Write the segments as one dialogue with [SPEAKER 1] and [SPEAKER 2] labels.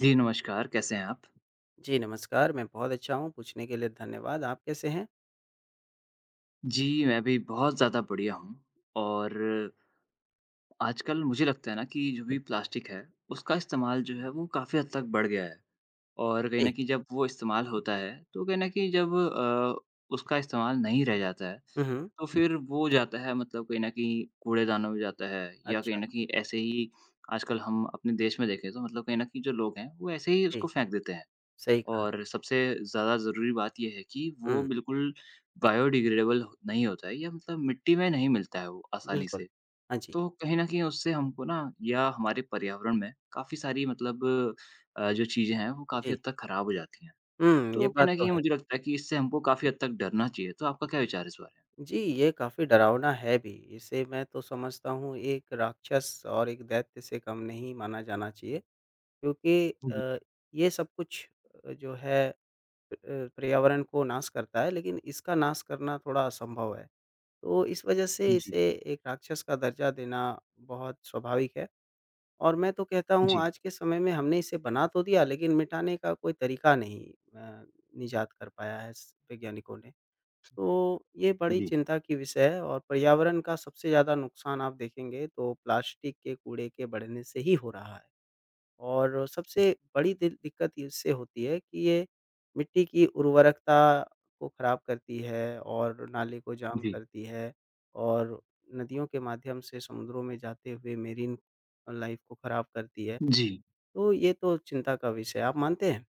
[SPEAKER 1] जी, नमस्कार, कैसे हैं आप?
[SPEAKER 2] जी, नमस्कार। मैं बहुत अच्छा हूँ, पूछने के लिए धन्यवाद। आप कैसे हैं?
[SPEAKER 1] जी, मैं भी बहुत ज़्यादा बढ़िया हूँ और आजकल मुझे लगता है ना कि जो भी प्लास्टिक है, उसका इस्तेमाल जो है वो काफ़ी हद तक बढ़ गया है और कहीं न
[SPEAKER 2] जी।
[SPEAKER 1] कहीं जब वो इस्तेमाल होता है, तो कहीं न कहीं जब उसका इस्तेमाल नहीं रह जाता है,
[SPEAKER 2] हुँ, हुँ।
[SPEAKER 1] तो फिर वो जाता है मतलब कहीं न कहीं कूड़ेदानों में जाता है या कहीं
[SPEAKER 2] अच्छा,
[SPEAKER 1] न कहीं ऐसे ही आजकल हम अपने देश में देखें तो मतलब कहीं न कहीं जो लोग हैं, वो ऐसे ही
[SPEAKER 2] जी,
[SPEAKER 1] उसको फेंक देते हैं।
[SPEAKER 2] सही कहा।
[SPEAKER 1] और सबसे ज़्यादा ज़रूरी बात ये है कि वो
[SPEAKER 2] हुँ,
[SPEAKER 1] बिल्कुल बायोडिग्रेडेबल नहीं होता है या मतलब मिट्टी में नहीं मिलता है वो आसानी
[SPEAKER 2] बिल्कुल।
[SPEAKER 1] से।
[SPEAKER 2] हाँ जी,
[SPEAKER 1] तो कहीं न कहीं उससे हमको ना या हमारे पर्यावरण में काफ़ी सारी मतलब जो चीज़ें हैं वो काफ़ी
[SPEAKER 2] जी।
[SPEAKER 1] हद तक ख़राब हो जाती हैं।
[SPEAKER 2] हुँ,
[SPEAKER 1] तो
[SPEAKER 2] ये
[SPEAKER 1] कहीं
[SPEAKER 2] बात
[SPEAKER 1] न
[SPEAKER 2] तो
[SPEAKER 1] कहीं
[SPEAKER 2] है।
[SPEAKER 1] मुझे लगता है कि इससे हमको काफ़ी हद तक डरना चाहिए। तो आपका क्या विचार है इस बारे में?
[SPEAKER 2] जी, ये काफ़ी डरावना है भी। इसे मैं तो समझता हूँ एक राक्षस और एक दैत्य से कम नहीं माना जाना चाहिए क्योंकि
[SPEAKER 1] जी,
[SPEAKER 2] अ, ये सब कुछ जो है अ, पर्यावरण को नाश करता है, लेकिन इसका नाश करना थोड़ा असंभव है। तो इस वजह से
[SPEAKER 1] जी,
[SPEAKER 2] इसे एक राक्षस का दर्जा देना बहुत स्वाभाविक है। और मैं तो कहता हूँ
[SPEAKER 1] जी,
[SPEAKER 2] आज के समय में हमने इसे बना तो दिया लेकिन मिटाने का कोई तरीका नहीं अ, निजात कर पाया है इस वैज्ञानिकों ने। तो ये बड़ी
[SPEAKER 1] जी,
[SPEAKER 2] चिंता की विषय है और पर्यावरण का सबसे ज़्यादा नुकसान आप देखेंगे तो प्लास्टिक के कूड़े के बढ़ने से ही हो रहा है। और सबसे बड़ी दि दिक्कत इससे होती है कि ये मिट्टी की उर्वरकता को ख़राब करती है और नाले को जाम
[SPEAKER 1] जी।
[SPEAKER 2] करती है और नदियों के माध्यम से समुद्रों में जाते हुए मेरीन लाइफ़ को ख़राब करती है।
[SPEAKER 1] जी,
[SPEAKER 2] तो ये तो चिंता का विषय है। आप मानते हैं?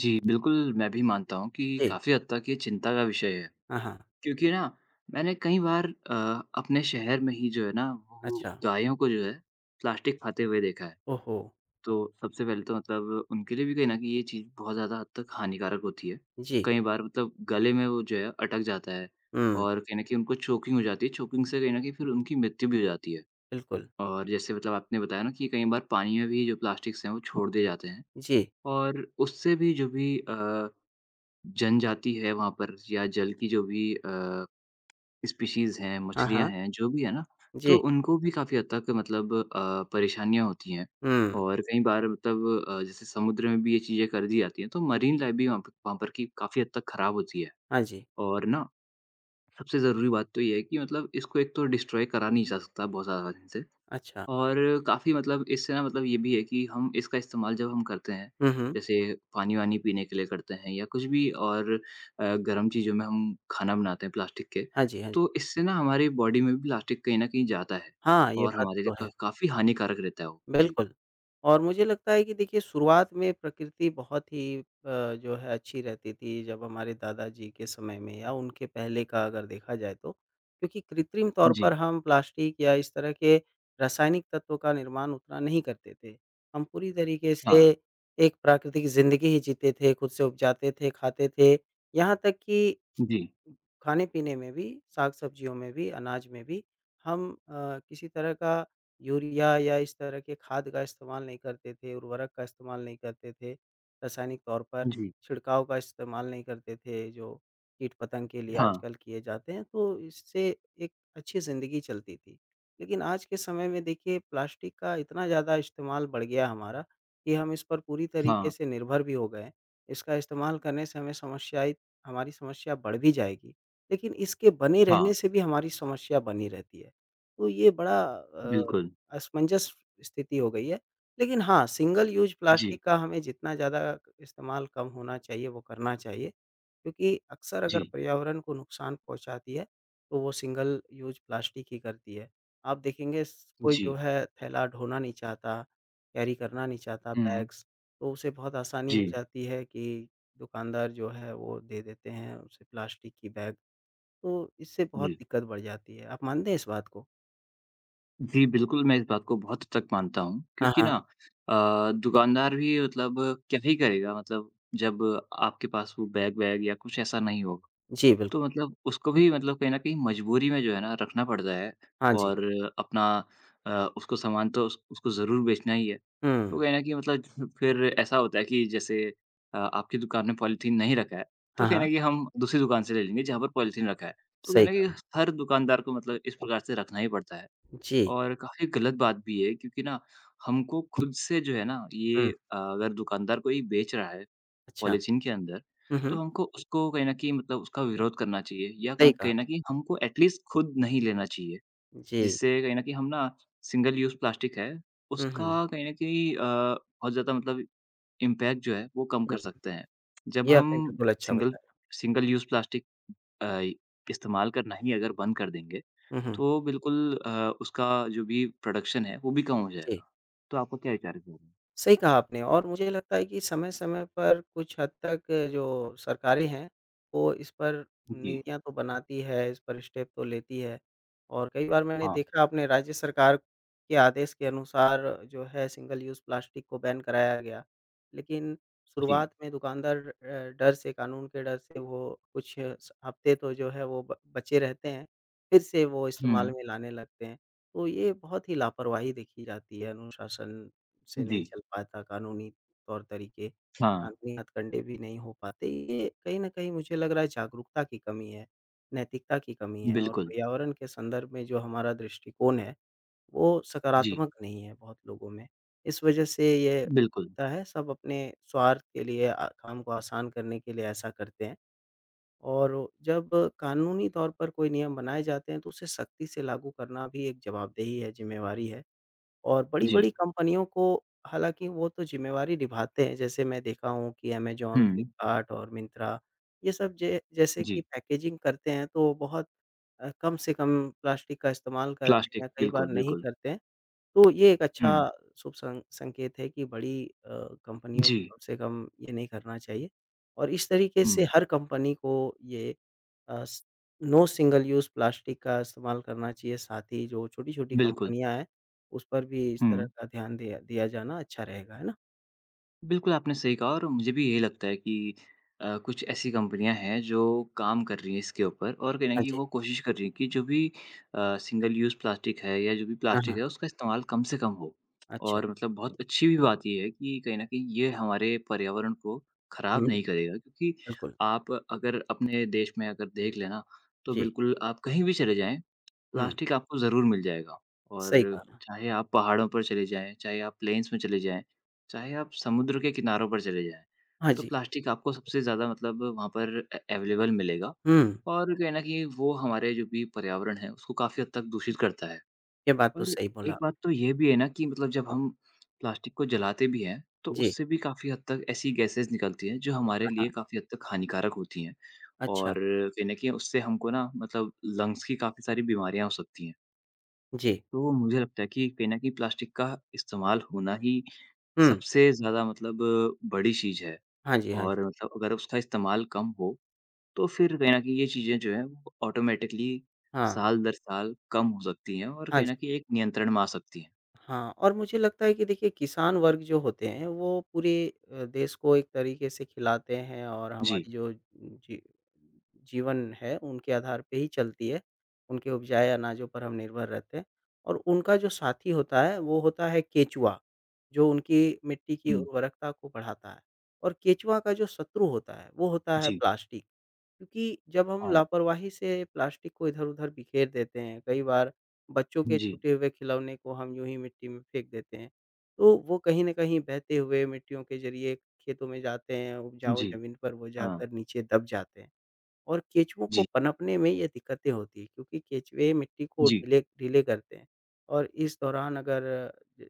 [SPEAKER 1] जी, बिल्कुल मैं भी मानता हूँ कि
[SPEAKER 2] जी।
[SPEAKER 1] काफ़ी हद तक ये चिंता का विषय है।
[SPEAKER 2] हाँ, हाँ।
[SPEAKER 1] क्योंकि ना मैंने कई बार अपने शहर में ही जो है ना वो
[SPEAKER 2] अच्छा।
[SPEAKER 1] गायों को जो है प्लास्टिक खाते हुए देखा है।
[SPEAKER 2] ओहो!
[SPEAKER 1] तो सबसे पहले तो मतलब उनके लिए भी कहीं न कहीं ये चीज़ बहुत ज़्यादा हद तक हानिकारक होती है।
[SPEAKER 2] जी।
[SPEAKER 1] कई बार मतलब गले में वो जो है अटक जाता है
[SPEAKER 2] हुँ,
[SPEAKER 1] और कहीं न कहीं उनको चोकिंग हो जाती है, चोकिंग से कहीं न कहीं फिर उनकी मृत्यु भी हो जाती है।
[SPEAKER 2] बिल्कुल।
[SPEAKER 1] और जैसे मतलब आपने बताया ना कि कई बार पानी में भी जो प्लास्टिक्स हैं वो छोड़ दिए जाते हैं
[SPEAKER 2] जी।
[SPEAKER 1] और उससे भी जो भी जनजाति है वहाँ पर या जल की जो भी स्पीशीज़ हैं,
[SPEAKER 2] हाँ,
[SPEAKER 1] मछलियाँ
[SPEAKER 2] हाँ।
[SPEAKER 1] हैं, जो भी है ना, तो
[SPEAKER 2] जी।
[SPEAKER 1] उनको भी काफ़ी हद तक मतलब परेशानियाँ होती हैं
[SPEAKER 2] हुँ।
[SPEAKER 1] और कई बार मतलब जैसे समुद्र में भी ये चीज़ें कर दी जाती हैं, तो मरीन लाइफ़ भी वहाँ पर की काफ़ी हद तक खराब होती है
[SPEAKER 2] हाँ जी।
[SPEAKER 1] और ना सबसे ज़रूरी बात तो ये है कि मतलब इसको एक तो डिस्ट्रॉय करा नहीं जा सकता बहुत ज़्यादा
[SPEAKER 2] अच्छा।
[SPEAKER 1] और काफ़ी मतलब इससे ना मतलब ये भी है कि हम इसका इस्तेमाल जब हम करते हैं,
[SPEAKER 2] हुँ, हुँ।
[SPEAKER 1] जैसे पानी-वानी पीने के लिए करते हैं या कुछ भी और गर्म चीज़ों में हम खाना बनाते हैं प्लास्टिक के,
[SPEAKER 2] हाँ जी, हाँ जी।
[SPEAKER 1] तो इससे ना हमारी बॉडी में भी प्लास्टिक कहीं न कहीं जाता है
[SPEAKER 2] हाँ, ये
[SPEAKER 1] और
[SPEAKER 2] बात
[SPEAKER 1] हमारे लिए
[SPEAKER 2] तो है।
[SPEAKER 1] क काफ़ी हानिकारक रहता है वो। जी,
[SPEAKER 2] बिल्कुल, और मुझे लगता है कि देखिए शुरुआत में प्रकृति बहुत ही जो है अच्छी रहती थी जब हमारे दादाजी के समय में या उनके पहले का अगर देखा जाए तो। क्योंकि कृत्रिम तौर
[SPEAKER 1] जी,
[SPEAKER 2] पर हम प्लास्टिक या इस तरह के रासायनिक तत्वों का निर्माण उतना नहीं करते थे। हम पूरी तरीके
[SPEAKER 1] अच्छा।
[SPEAKER 2] से
[SPEAKER 1] हाँ,
[SPEAKER 2] एक प्राकृतिक ज़िंदगी ही जीते थे, खुद से उपजाते थे, खाते थे। यहाँ तक कि
[SPEAKER 1] जी,
[SPEAKER 2] खाने-पीने में भी, साग-सब्जियों में भी, अनाज में भी हम किसी तरह का यूरिया या इस तरह के खाद का इस्तेमाल नहीं करते थे, उर्वरक का इस्तेमाल नहीं करते थे, रासायनिक तौर पर
[SPEAKER 1] जी,
[SPEAKER 2] छिड़काव का इस्तेमाल नहीं करते थे, जो कीट-पतंग के लिए
[SPEAKER 1] है ना? हाँ,
[SPEAKER 2] आजकल किए जाते हैं, तो इससे एक अच्छी ज़िंदगी चलती थी। लेकिन आज के समय में देखिए प्लास्टिक का इतना ज़्यादा इस्तेमाल बढ़ गया हमारा कि हम इस पर पूरी तरीके
[SPEAKER 1] हाँ,
[SPEAKER 2] से निर्भर भी हो गए हैं। इसका इस्तेमाल करने से हमें समस्याएँ हमारी समस्या बढ़ भी जाएगी, लेकिन इसके बने
[SPEAKER 1] हाँ,
[SPEAKER 2] रहने से भी हमारी समस्या बनी रहती है। तो ये बड़ा
[SPEAKER 1] बिल्कुल।
[SPEAKER 2] असमंजस स्थिति हो गई है। लेकिन हाँ, सिंगल यूज़
[SPEAKER 1] जी,
[SPEAKER 2] प्लास्टिक का हमें जितना ज़्यादा इस्तेमाल कम होना चाहिए, वो करना चाहिए। क्योंकि अक्सर अगर
[SPEAKER 1] जी,
[SPEAKER 2] पर्यावरण को नुकसान पहुँचाती है, तो वो सिंगल यूज़ प्लास्टिक ही करती है। आप देखेंगे स कोई
[SPEAKER 1] जी।
[SPEAKER 2] जो है थैला ढोना नहीं चाहता, कैरी करना नहीं चाहता
[SPEAKER 1] हुँ,
[SPEAKER 2] बैग्स, तो उसे बहुत आसानी हो
[SPEAKER 1] जी,
[SPEAKER 2] जाती है कि दुकानदार जो है वो दे देते हैं उसे प्लास्टिक की बैग, तो इससे बहुत
[SPEAKER 1] जी।
[SPEAKER 2] दिक्कत बढ़ जाती है। आप मानते हैं इस बात को?
[SPEAKER 1] जी, बिल्कुल, मैं इस बात को बहुत हद तक मानता हूँ
[SPEAKER 2] हाँ,
[SPEAKER 1] क्योंकि
[SPEAKER 2] हाँ।
[SPEAKER 1] ना दुकानदार भी मतलब क्या ही करेगा मतलब जब आपके पास वो बैग-वैग या कुछ ऐसा नहीं हो।
[SPEAKER 2] जी, बिल्कुल।
[SPEAKER 1] तो मतलब उसको भी मतलब कहीं न कहीं मजबूरी में जो है ना रखना पड़ता है
[SPEAKER 2] हाँ जी।
[SPEAKER 1] और अपना अ, उसको सामान तो उस उसको ज़रूर बेचना ही है। तो
[SPEAKER 2] हुँ।
[SPEAKER 1] कहीं न कहीं मतलब फिर ऐसा होता है कि जैसे आपकी दुकान में पॉलीथीन नहीं रखा है, तो
[SPEAKER 2] हाँ,
[SPEAKER 1] कहीं न
[SPEAKER 2] हाँ।
[SPEAKER 1] कहीं हम दूसरी दुकान से ले लेंगे जहाँ पर पॉलीथीन रखा है। तो कहीं न
[SPEAKER 2] सही
[SPEAKER 1] कहीं
[SPEAKER 2] कहा।
[SPEAKER 1] हर दुकानदार को मतलब इस प्रकार से रखना ही पड़ता है।
[SPEAKER 2] जी।
[SPEAKER 1] और काफ़ी गलत बात भी है क्योंकि ना हमको खुद से जो है ना
[SPEAKER 2] हुँ,
[SPEAKER 1] ये अगर दुकानदार कोई बेच रहा है
[SPEAKER 2] अच्छा।
[SPEAKER 1] पॉलीथीन के अंदर,
[SPEAKER 2] हुँ,
[SPEAKER 1] तो
[SPEAKER 2] हुँ।
[SPEAKER 1] हमको उसको कहीं न कहीं मतलब उसका विरोध करना चाहिए या
[SPEAKER 2] सही
[SPEAKER 1] क
[SPEAKER 2] कहा।
[SPEAKER 1] कहीं न कहीं हमको एटलीस्ट खुद नहीं लेना चाहिए।
[SPEAKER 2] जी।
[SPEAKER 1] जिससे कहीं न कहीं हम ना सिंगल यूज़ प्लास्टिक है,
[SPEAKER 2] हुँ, हुँ।
[SPEAKER 1] उसका कहीं न कहीं बहुत ज़्यादा मतलब इम्पैक्ट जो है वो कम कर
[SPEAKER 2] हुँ।
[SPEAKER 1] सकते हैं। जब
[SPEAKER 2] ये आपने
[SPEAKER 1] हम
[SPEAKER 2] बिल्कुल अच्छा
[SPEAKER 1] सिंगल
[SPEAKER 2] बताया।
[SPEAKER 1] सिंगल यूज़ प्लास्टिक अ, इस्तेमाल करना ही अगर बंद कर देंगे,
[SPEAKER 2] हुँ, हुँ।
[SPEAKER 1] तो बिल्कुल उसका जो भी प्रोडक्शन है वो भी कम हो
[SPEAKER 2] जी।
[SPEAKER 1] जाएगा। तो आपका क्या विचार है इस बारे में?
[SPEAKER 2] सही कहा आपने और मुझे लगता है कि समय-समय पर कुछ हद तक जो सरकारें हैं, वो इस पर
[SPEAKER 1] जी,
[SPEAKER 2] नीतियाँ तो बनाती है, इस पर स्टेप तो लेती है। और कई बार मैंने
[SPEAKER 1] हाँ,
[SPEAKER 2] देखा अपने राज्य सरकार के आदेश के अनुसार जो है सिंगल यूज़ प्लास्टिक को बैन कराया गया। लेकिन
[SPEAKER 1] जी,
[SPEAKER 2] शुरुआत में दुकानदार डर से कानून के डर से वो कुछ स हफ्ते तो जो है वो ब बचे रहते हैं, फिर से वो इस्तेमाल
[SPEAKER 1] हुँ,
[SPEAKER 2] में लाने लगते हैं। तो ये बहुत ही लापरवाही देखी जाती है अनुशासन से
[SPEAKER 1] जी,
[SPEAKER 2] नहीं चल पाता कानूनी तौर-तरीके,
[SPEAKER 1] हाँ,
[SPEAKER 2] कानूनी हथकंडे भी नहीं हो पाते। ये कहीं न कहीं मुझे लग रहा है जागरूकता की कमी है, नैतिकता की कमी है और
[SPEAKER 1] बिल्कुल,
[SPEAKER 2] पर्यावरण के संदर्भ में जो हमारा दृष्टिकोण है, वो
[SPEAKER 1] जी,
[SPEAKER 2] सकारात्मक नहीं है बहुत लोगों में। इस वजह से ये
[SPEAKER 1] बिल्कुल,
[SPEAKER 2] होता है सब अपने स्वार्थ के लिए काम को आसान करने के लिए ऐसा करते हैं और जब कानूनी तौर पर कोई नियम बनाए जाते हैं तो उसे सख्ती से लागू करना भी एक जवाबदेही है, ज़िम्मेवारी है। और बड़ी-बड़ी
[SPEAKER 1] जी,
[SPEAKER 2] कंपनियों को हालाँकि वो तो ज़िम्मेवारी निभाते हैं, जैसे मैं देखा हूँ कि अमेज़न,
[SPEAKER 1] हुँ,
[SPEAKER 2] फ्लिपकार्ट और मिंत्रा ये सब जे जैसे कि
[SPEAKER 1] जी,
[SPEAKER 2] पैकेजिंग करते हैं तो बहुत कम से कम प्लास्टिक का इस्तेमाल करते
[SPEAKER 1] प्लास्टिक
[SPEAKER 2] हैं, कई बार
[SPEAKER 1] बिल्कुल,
[SPEAKER 2] नहीं
[SPEAKER 1] बिल्कुल,
[SPEAKER 2] करते हैं। तो ये एक
[SPEAKER 1] हुँ,
[SPEAKER 2] अच्छा शुभ सं संकेत है कि बड़ी कंपनियों को
[SPEAKER 1] जी,
[SPEAKER 2] कम से कम ये नहीं करना चाहिए और इस तरीके से
[SPEAKER 1] हुँ,
[SPEAKER 2] हर कंपनी को ये अ, स नो सिंगल यूज़ प्लास्टिक का इस्तेमाल करना चाहिए, साथ ही जो छोटी-छोटी
[SPEAKER 1] बिल्कुल,
[SPEAKER 2] कंपनियाँ हैं, उस पर भी इस तरह
[SPEAKER 1] हुँ।
[SPEAKER 2] का ध्यान दिया दिया जाना अच्छा रहेगा, है ना?
[SPEAKER 1] बिल्कुल, आपने सही कहा और मुझे भी यही लगता है कि कुछ ऐसी कंपनियाँ हैं जो काम कर रही हैं इसके ऊपर और कहीं न
[SPEAKER 2] हाँ
[SPEAKER 1] कहीं
[SPEAKER 2] जी।
[SPEAKER 1] वो कोशिश कर रही हैं कि जो भी सिंगल यूज़ प्लास्टिक है या जो भी
[SPEAKER 2] हाँ,
[SPEAKER 1] प्लास्टिक
[SPEAKER 2] हाँ।
[SPEAKER 1] है, उसका इस्तेमाल कम से कम हो।
[SPEAKER 2] अच्छा।
[SPEAKER 1] और मतलब बहुत अच्छी भी बात ये है कि कहीं न कहीं ये हमारे पर्यावरण को खराब
[SPEAKER 2] हुँ,
[SPEAKER 1] नहीं करेगा क्योंकि
[SPEAKER 2] बिल्कुल।
[SPEAKER 1] आप अगर अपने देश में अगर देख लें ना, तो
[SPEAKER 2] जी।
[SPEAKER 1] बिल्कुल आप कहीं भी चले जाएँ,
[SPEAKER 2] हुँ,
[SPEAKER 1] प्लास्टिक आपको ज़रूर मिल जाएगा और
[SPEAKER 2] सही कहा।
[SPEAKER 1] चाहे आप पहाड़ों पर चले जाएँ, चाहे आप प्लेन्स में चले जाएँ, चाहे आप समुद्र के किनारों पर चले जाएँ,
[SPEAKER 2] हाँ
[SPEAKER 1] तो
[SPEAKER 2] जी।
[SPEAKER 1] प्लास्टिक आपको सबसे ज़्यादा मतलब वहाँ पर अवेलेबल मिलेगा
[SPEAKER 2] हुँ,
[SPEAKER 1] और कहीं न कहीं वो हमारे जो भी पर्यावरण है, उसको काफ़ी हद तक दूषित करता है।
[SPEAKER 2] ये बात तो
[SPEAKER 1] और
[SPEAKER 2] सही बोला
[SPEAKER 1] एक
[SPEAKER 2] आप।
[SPEAKER 1] बात तो ये भी है ना कि मतलब जब हम प्लास्टिक को जलाते भी हैं, तो
[SPEAKER 2] जी।
[SPEAKER 1] उससे भी काफ़ी हद तक ऐसी गैसेस निकलती हैं, जो हमारे
[SPEAKER 2] हाँ,
[SPEAKER 1] लिए
[SPEAKER 2] हाँ।
[SPEAKER 1] काफ़ी हद तक हानिकारक होती हैं।
[SPEAKER 2] अच्छा।
[SPEAKER 1] और कहीं न कहीं उससे हमको ना मतलब लंग्स की काफ़ी सारी बीमारियाँ हो सकती हैं।
[SPEAKER 2] जी।
[SPEAKER 1] तो मुझे लगता है कि कहीं न कहीं प्लास्टिक का इस्तेमाल होना ही
[SPEAKER 2] हुँ।
[SPEAKER 1] सबसे ज़्यादा मतलब बड़ी चीज़ है।
[SPEAKER 2] हाँ जी, हाँ जी।
[SPEAKER 1] और मतलब अगर उसका इस्तेमाल कम हो, तो फिर कहीं न कहीं ये चीज़ें जो हैं वो ऑटोमैटिकली
[SPEAKER 2] हाँ,
[SPEAKER 1] साल दर साल कम हो सकती हैं और
[SPEAKER 2] हाँ
[SPEAKER 1] कहीं
[SPEAKER 2] जी।
[SPEAKER 1] न कहीं एक नियंत्रण में आ सकती हैं।
[SPEAKER 2] हाँ, और मुझे लगता है कि देखिए किसान वर्ग जो होते हैं वो पूरे देश को एक तरीके से खिलाते हैं और
[SPEAKER 1] जी,
[SPEAKER 2] हमारी जो जीवन है उनके आधार पे ही चलती है। उनके उपजाए अनाजों पर हम निर्भर रहते हैं और उनका जो साथी होता है वो होता है केचुआ, जो उनकी मिट्टी की
[SPEAKER 1] हुँ,
[SPEAKER 2] उर्वरकता को बढ़ाता है और केचुआ का जो शत्रु होता है वो होता है
[SPEAKER 1] जी,
[SPEAKER 2] प्लास्टिक। क्योंकि जब हम
[SPEAKER 1] हाँ,
[SPEAKER 2] लापरवाही से प्लास्टिक को इधर-उधर बिखेर देते हैं, कई बार बच्चों के
[SPEAKER 1] जी,
[SPEAKER 2] छूटे हुए खिलौने को हम यूँ ही मिट्टी में फेंक देते हैं, तो वो कहीं न कहीं बहते हुए मिट्टियों के ज़रिए खेतों में जाते हैं, उपजाऊ
[SPEAKER 1] जी,
[SPEAKER 2] ज़मीन पर वो
[SPEAKER 1] हाँ,
[SPEAKER 2] जाकर नीचे दब जाते हैं और केंचुओं को
[SPEAKER 1] जी,
[SPEAKER 2] पनपने में ये दिक्कतें होती हैं क्योंकि केंचुए मिट्टी को
[SPEAKER 1] जी,
[SPEAKER 2] ढीले ढीले करते हैं और इस दौरान अगर ज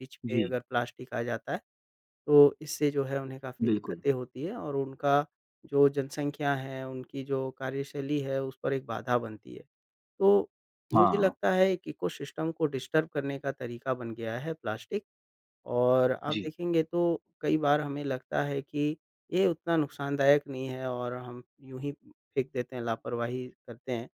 [SPEAKER 2] बीच में
[SPEAKER 1] जी,
[SPEAKER 2] अगर प्लास्टिक आ जाता है तो इससे जो है उन्हें काफ़ी
[SPEAKER 1] बिल्कुल,
[SPEAKER 2] दिक्कतें होती है और उनका जो जनसंख्या है, उनकी जो कार्यशैली है, उस पर एक बाधा बनती है। तो मुझे
[SPEAKER 1] हाँ,
[SPEAKER 2] लगता है एक इकोसिस्टम को डिस्टर्ब करने का तरीका बन गया है प्लास्टिक और आप
[SPEAKER 1] जी,
[SPEAKER 2] देखेंगे तो कई बार हमें लगता है कि ये उतना नुकसानदायक नहीं है और हम यूँ ही फेंक देते हैं, लापरवाही करते हैं।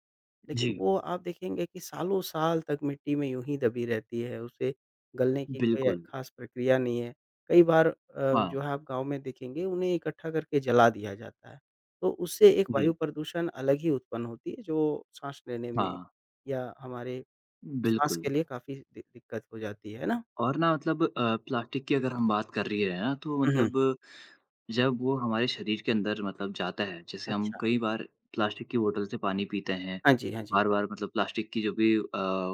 [SPEAKER 1] जी,
[SPEAKER 2] लेकिन वो आप देखेंगे कि सालों-साल तक मिट्टी में यूँ ही दबी रहती है, उसे गलने की कोई
[SPEAKER 1] बिल्कुल,
[SPEAKER 2] ख़ास प्रक्रिया नहीं है। कई बार
[SPEAKER 1] हाँ,
[SPEAKER 2] जो है आप गाँव में देखेंगे उन्हें इकट्ठा करके जला दिया जाता है, तो उससे एक वायु
[SPEAKER 1] जी,
[SPEAKER 2] प्रदूषण अलग ही उत्पन्न होती है जो साँस लेने में
[SPEAKER 1] हाँ,
[SPEAKER 2] या हमारे साँस
[SPEAKER 1] बिल्कुल
[SPEAKER 2] के लिए काफ़ी दि दिक्कत हो जाती है ना?
[SPEAKER 1] और ना मतलब प्लास्टिक की अगर हम बात कर रही है ना, तो
[SPEAKER 2] हुँ, हुँ।
[SPEAKER 1] मतलब जब वो हमारे शरीर के अंदर मतलब जाता है, जैसे हम
[SPEAKER 2] अच्छा।
[SPEAKER 1] कई बार प्लास्टिक की बोतल से पानी पीते हैं,
[SPEAKER 2] हाँ जी, हाँ जी।
[SPEAKER 1] बार-बार मतलब प्लास्टिक की जो भी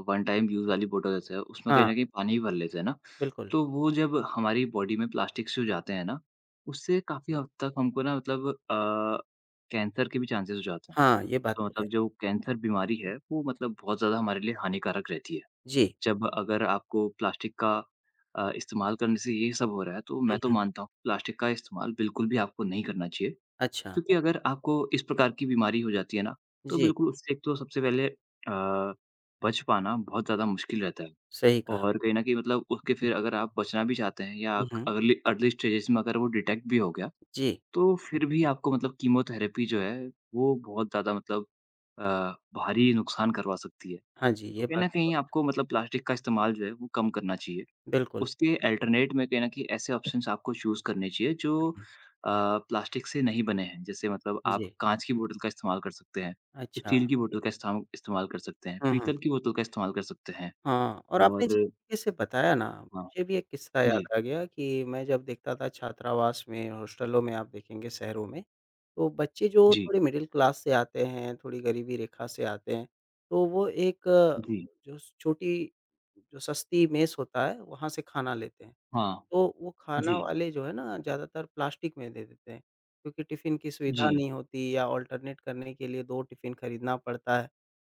[SPEAKER 1] वन टाइम यूज़ वाली बोतल होती है, उसमें कहीं
[SPEAKER 2] हाँ,
[SPEAKER 1] न कहीं पानी भर लेते हैं ना,
[SPEAKER 2] बिल्कुल।
[SPEAKER 1] तो वो जब हमारी बॉडी में प्लास्टिक्स जो जाते हैं ना, उससे काफ़ी हद तक हमको ना मतलब कैंसर के भी चांसेज़ हो जाते हैं।
[SPEAKER 2] हाँ, ये बात
[SPEAKER 1] तो
[SPEAKER 2] तो है।
[SPEAKER 1] मतलब जो कैंसर बीमारी है, वो मतलब बहुत ज़्यादा हमारे लिए हानिकारक रहती है।
[SPEAKER 2] जी।
[SPEAKER 1] जब अगर आपको प्लास्टिक का इस्तेमाल करने से ये सब हो रहा है, तो
[SPEAKER 2] हुँ,
[SPEAKER 1] मैं तो
[SPEAKER 2] हुँ।
[SPEAKER 1] मानता हूँ प्लास्टिक का इस्तेमाल बिल्कुल भी आपको नहीं करना चाहिए।
[SPEAKER 2] अच्छा।
[SPEAKER 1] क्योंकि अगर आपको इस प्रकार की बीमारी हो जाती है ना, तो
[SPEAKER 2] जी,
[SPEAKER 1] बिल्कुल उससे एक तो सबसे पहले बच पाना बहुत ज़्यादा मुश्किल रहता है।
[SPEAKER 2] सही कहा।
[SPEAKER 1] और कहीं न कहीं मतलब उसके फिर अगर आप बचना भी चाहते हैं या
[SPEAKER 2] हुँ,
[SPEAKER 1] आप
[SPEAKER 2] हुँ।
[SPEAKER 1] अर्ली अर्ली स्टेजेज़ में अगर वो डिटेक्ट भी हो गया,
[SPEAKER 2] जी।
[SPEAKER 1] तो फिर भी आपको मतलब कीमोथेरेपी जो है, वो बहुत ज़्यादा मतलब अ, भारी नुकसान करवा सकती है।
[SPEAKER 2] हाँ जी,
[SPEAKER 1] तो
[SPEAKER 2] ये
[SPEAKER 1] कहीं
[SPEAKER 2] बात
[SPEAKER 1] न
[SPEAKER 2] तो
[SPEAKER 1] कहीं
[SPEAKER 2] है।
[SPEAKER 1] आपको मतलब प्लास्टिक का इस्तेमाल जो है वो कम करना चाहिए।
[SPEAKER 2] बिल्कुल।
[SPEAKER 1] उसके अल्टरनेट में कहीं न कहीं ऐसे ऑप्शंस आपको चूज़ करने चाहिए जो
[SPEAKER 2] हुँ।
[SPEAKER 1] अ, प्लास्टिक से नहीं बने हैं। जैसे मतलब आप
[SPEAKER 2] जी,
[SPEAKER 1] काँच की बोतल का इस्तेमाल कर सकते हैं,
[SPEAKER 2] अच्छा।
[SPEAKER 1] स्टील की बोतल का इस्ताम इस्तेमाल कर सकते हैं,
[SPEAKER 2] हुँ, हुँ।
[SPEAKER 1] पीतल की बोतल का इस्तेमाल कर सकते हैं
[SPEAKER 2] हाँ, और आपने
[SPEAKER 1] और
[SPEAKER 2] जिस तरीके से बताया ना,
[SPEAKER 1] हाँ,
[SPEAKER 2] मुझे भी एक किस्सा याद
[SPEAKER 1] जी,
[SPEAKER 2] आ गया कि मैं जब देखता था छात्रावास में, हॉस्टलों में आप देखेंगे शहरों में, तो बच्चे जो
[SPEAKER 1] जी,
[SPEAKER 2] थोड़े मिडिल क्लास से आते हैं, थोड़ी गरीबी रेखा से आते हैं, तो वो एक
[SPEAKER 1] जी,
[SPEAKER 2] जो छोटी जो सस्ती मेस होता है, वहाँ से खाना लेते हैं।
[SPEAKER 1] हाँ,
[SPEAKER 2] तो वो खाना
[SPEAKER 1] जी,
[SPEAKER 2] वाले जो है ना ज़्यादातर प्लास्टिक में दे देते हैं, क्योंकि टिफ़िन की
[SPEAKER 1] जी,
[SPEAKER 2] सुविधा नहीं होती या ऑल्टरनेट करने के लिए 2 टिफ़िन खरीदना पड़ता है,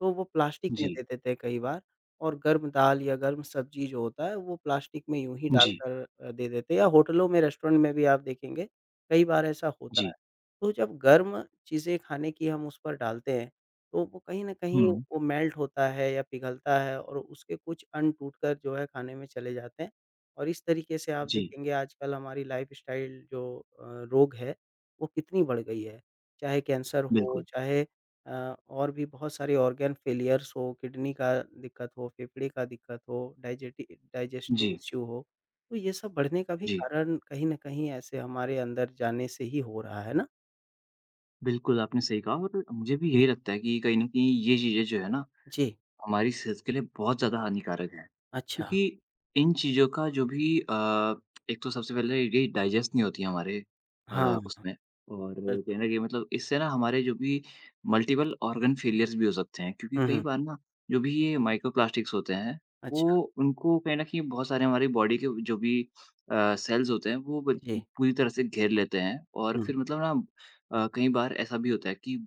[SPEAKER 2] तो वो प्लास्टिक में
[SPEAKER 1] जी,
[SPEAKER 2] दे देते हैं कई बार और गर्म दाल या गर्म सब्ज़ी जो होता है वो प्लास्टिक में यूँ ही
[SPEAKER 1] जी,
[SPEAKER 2] डालकर दे देते हैं या होटलों में, रेस्टोरेंट में भी आप देखेंगे कई बार ऐसा होता
[SPEAKER 1] जी,
[SPEAKER 2] है। तो जब गर्म चीज़ें खाने की हम उस पर डालते हैं, तो वो कहीं न कहीं
[SPEAKER 1] हुँ,
[SPEAKER 2] वो मेल्ट होता है या पिघलता है और उसके कुछ अण टूट कर जो है खाने में चले जाते हैं। और इस तरीके से आप
[SPEAKER 1] जी,
[SPEAKER 2] देखेंगे आजकल हमारी लाइफ़स्टाइल जो अ, रोग है, वो कितनी बढ़ गई है। चाहे कैंसर हो,
[SPEAKER 1] बिल्कुल,
[SPEAKER 2] चाहे अ, और भी बहुत सारे ऑर्गन फ़ेलियर्स हो, किडनी का दिक्कत हो, फेफड़े का दिक्कत हो, डाइजेटि
[SPEAKER 1] जी,
[SPEAKER 2] डाइजेस्टिव इश्यू हो, तो ये सब बढ़ने का भी
[SPEAKER 1] जी।
[SPEAKER 2] कारण कहीं न कहीं ऐसे हमारे अंदर जाने से ही हो रहा है ना?
[SPEAKER 1] बिल्कुल, आपने सही कहा और मुझे भी यही लगता है कि कहीं न कहीं ये चीज़ें जो है ना
[SPEAKER 2] जी,
[SPEAKER 1] हमारी सेहत के लिए बहुत ज़्यादा हानिकारक है।
[SPEAKER 2] अच्छा।
[SPEAKER 1] क्योंकि इन चीज़ों का जो भी एक तो सबसे पहले ये डाइजेस्ट नहीं होती हमारे अ,
[SPEAKER 2] हाँ,
[SPEAKER 1] उसमें और कहीं न
[SPEAKER 2] बिल्कुल।
[SPEAKER 1] कहीं मतलब इससे ना हमारे जो भी मल्टीपल ऑर्गन फ़ेलियर्स भी हो सकते हैं। क्योंकि
[SPEAKER 2] हुँ,
[SPEAKER 1] कई
[SPEAKER 2] हुँ।
[SPEAKER 1] बार ना जो भी ये माइक्रोप्लास्टिक्स होते हैं,
[SPEAKER 2] अच्छा,
[SPEAKER 1] वो उनको कहीं न कहीं बहुत सारे हमारी बॉडी के जो भी सेल्स होते हैं वो ब
[SPEAKER 2] जी।
[SPEAKER 1] पूरी तरह से घेर लेते हैं और
[SPEAKER 2] हुँ,
[SPEAKER 1] फिर मतलब ना कई बार ऐसा भी होता है कि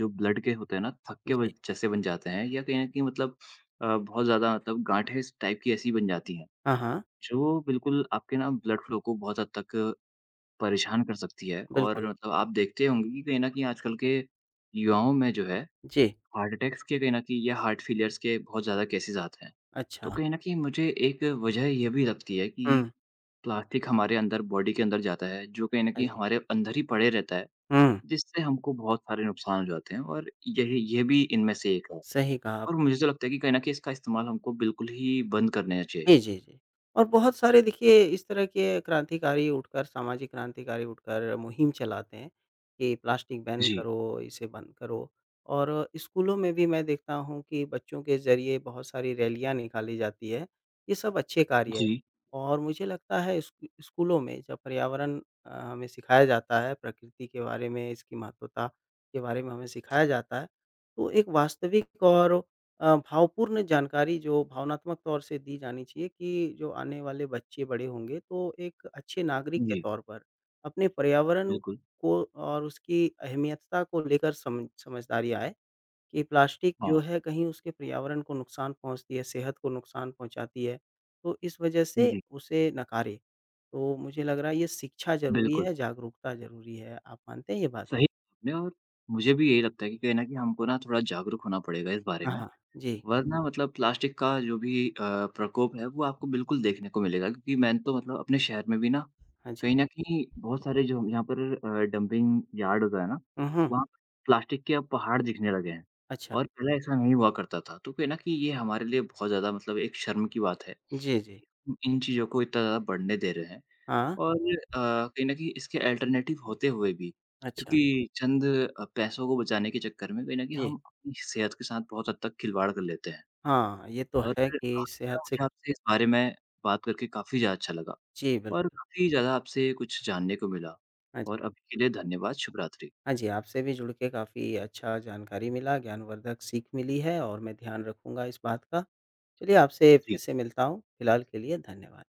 [SPEAKER 1] जो ब्लड के होते हैं ना, थक्के ब
[SPEAKER 2] जी।
[SPEAKER 1] जैसे बन जाते हैं या कहीं न कहीं मतलब बहुत ज़्यादा मतलब गाँठें इस टाइप की ऐसी बन जाती हैं,
[SPEAKER 2] हाँ, हाँ,
[SPEAKER 1] जो बिल्कुल आपके ना ब्लड फ्लो को बहुत हद तक परेशान कर सकती है
[SPEAKER 2] बिल्कुल।
[SPEAKER 1] और मतलब आप देखते होंगे कि कहीं न कहीं आजकल के युवाओं में जो है,
[SPEAKER 2] जी,
[SPEAKER 1] हार्ट अटैक्स के कहीं न कहीं या हार्ट फेलियर्स के बहुत ज़्यादा केसेज़ आते हैं। तो
[SPEAKER 2] अच्छा।
[SPEAKER 1] कहीं न कहीं मुझे एक वजह ये भी लगती है कि
[SPEAKER 2] हुँ,
[SPEAKER 1] प्लास्टिक हमारे अंदर बॉडी के अंदर जाता है, जो कहीं न
[SPEAKER 2] हाँ
[SPEAKER 1] कहीं
[SPEAKER 2] जी।
[SPEAKER 1] हमारे अंदर ही पड़े रहता है
[SPEAKER 2] हुँ।
[SPEAKER 1] जिससे हमको बहुत सारे नुकसान हो जाते हैं और यही ये भी इनमें से एक है
[SPEAKER 2] सही कहा आप।
[SPEAKER 1] और मुझे तो लगता है कि कहीं न कहीं इसका इस्तेमाल हमको बिल्कुल ही बंद कर देना चाहिए।
[SPEAKER 2] जी, जी, जी। और बहुत सारे देखिए इस तरह के क्रांतिकारी उठकर सामाजिक क्रांतिकारी उठकर मुहिम चलाते हैं, कि प्लास्टिक बैन
[SPEAKER 1] जी।
[SPEAKER 2] करो, इसे बंद करो। और स्कूलों में भी मैं देखता हूँ कि बच्चों के ज़रिए बहुत सारी रैलियाँ निकाली जाती है, ये सब अच्छे कार्य है।
[SPEAKER 1] जी,
[SPEAKER 2] और मुझे लगता है स्कूलों में जब पर्यावरण हमें सिखाया जाता है, प्रकृति के बारे में, इसकी महत्वता के बारे में हमें सिखाया जाता है, तो एक वास्तविक और भावपूर्ण जानकारी जो भावनात्मक तौर से दी जानी चाहिए कि जो आने वाले बच्चे बड़े होंगे तो एक अच्छे नागरिक के
[SPEAKER 1] जी,
[SPEAKER 2] तौर पर अपने पर्यावरण
[SPEAKER 1] बिल्कुल।
[SPEAKER 2] को और उसकी अहमियतता को लेकर समझदारी आए कि प्लास्टिक जो
[SPEAKER 1] हाँ,
[SPEAKER 2] है कहीं उसके पर्यावरण को नुकसान पहुंचती है, सेहत को नुकसान पहुंचाती है, तो इस वजह से
[SPEAKER 1] जी,
[SPEAKER 2] उसे नकारे। तो मुझे लग रहा है ये शिक्षा ज़रूरी
[SPEAKER 1] बिल्कुल।
[SPEAKER 2] है, जागरूकता ज़रूरी है। आप मानते हैं ये बात?
[SPEAKER 1] सही आपने और मुझे भी यही लगता है कि कहीं न कहीं हमको ना थोड़ा जागरूक होना पड़ेगा इस बारे
[SPEAKER 2] हाँ,
[SPEAKER 1] में।
[SPEAKER 2] हाँ। जी।
[SPEAKER 1] वरना मतलब प्लास्टिक का जो भी प्रकोप है वो आपको बिल्कुल देखने को मिलेगा क्योंकि मैंने तो मतलब अपने शहर में भी ना,
[SPEAKER 2] हाँ जी।
[SPEAKER 1] कहीं न कहीं बहुत सारे जो यहाँ पर डंपिंग यार्ड होता है ना,
[SPEAKER 2] हुँ, हुँ।
[SPEAKER 1] वहाँ पर प्लास्टिक के अब पहाड़ दिखने लगे हैं
[SPEAKER 2] अच्छा।
[SPEAKER 1] और पहले ऐसा नहीं हुआ करता था। तो कहीं न कहीं ये हमारे लिए बहुत ज़्यादा मतलब एक शर्म की बात है।
[SPEAKER 2] जी, जी।
[SPEAKER 1] हम इन चीज़ों को इतना ज़्यादा बढ़ने दे रहे हैं
[SPEAKER 2] हाँ।
[SPEAKER 1] और कहीं न कहीं इसके अल्टरनेटिव होते हुए भी
[SPEAKER 2] अच्छा।
[SPEAKER 1] क्योंकि चंद पैसों को बचाने के चक्कर में कहीं न कहीं
[SPEAKER 2] जी।
[SPEAKER 1] हम अपनी सेहत के साथ बहुत हद तक खिलवाड़ कर लेते हैं।
[SPEAKER 2] हाँ, ये तो
[SPEAKER 1] और
[SPEAKER 2] है
[SPEAKER 1] आज
[SPEAKER 2] कि सेहत से
[SPEAKER 1] मुझे आपसे इस बारे में बात करके काफ़ी ज़्यादा अच्छा लगा
[SPEAKER 2] जी,
[SPEAKER 1] और
[SPEAKER 2] बिल्कुल।
[SPEAKER 1] काफ़ी ज़्यादा आपसे कुछ जानने को मिला
[SPEAKER 2] हाँ
[SPEAKER 1] और
[SPEAKER 2] जी।
[SPEAKER 1] अभी के लिए धन्यवाद, शुभ रात्रि।
[SPEAKER 2] हाँ जी, आपसे भी जुड़ के काफ़ी अच्छा जानकारी मिला, ज्ञानवर्धक सीख मिली है और मैं ध्यान रखूँगा इस बात का। चलिए आपसे फिर
[SPEAKER 1] जी।
[SPEAKER 2] से मिलता हूँ, फिलहाल के लिए धन्यवाद।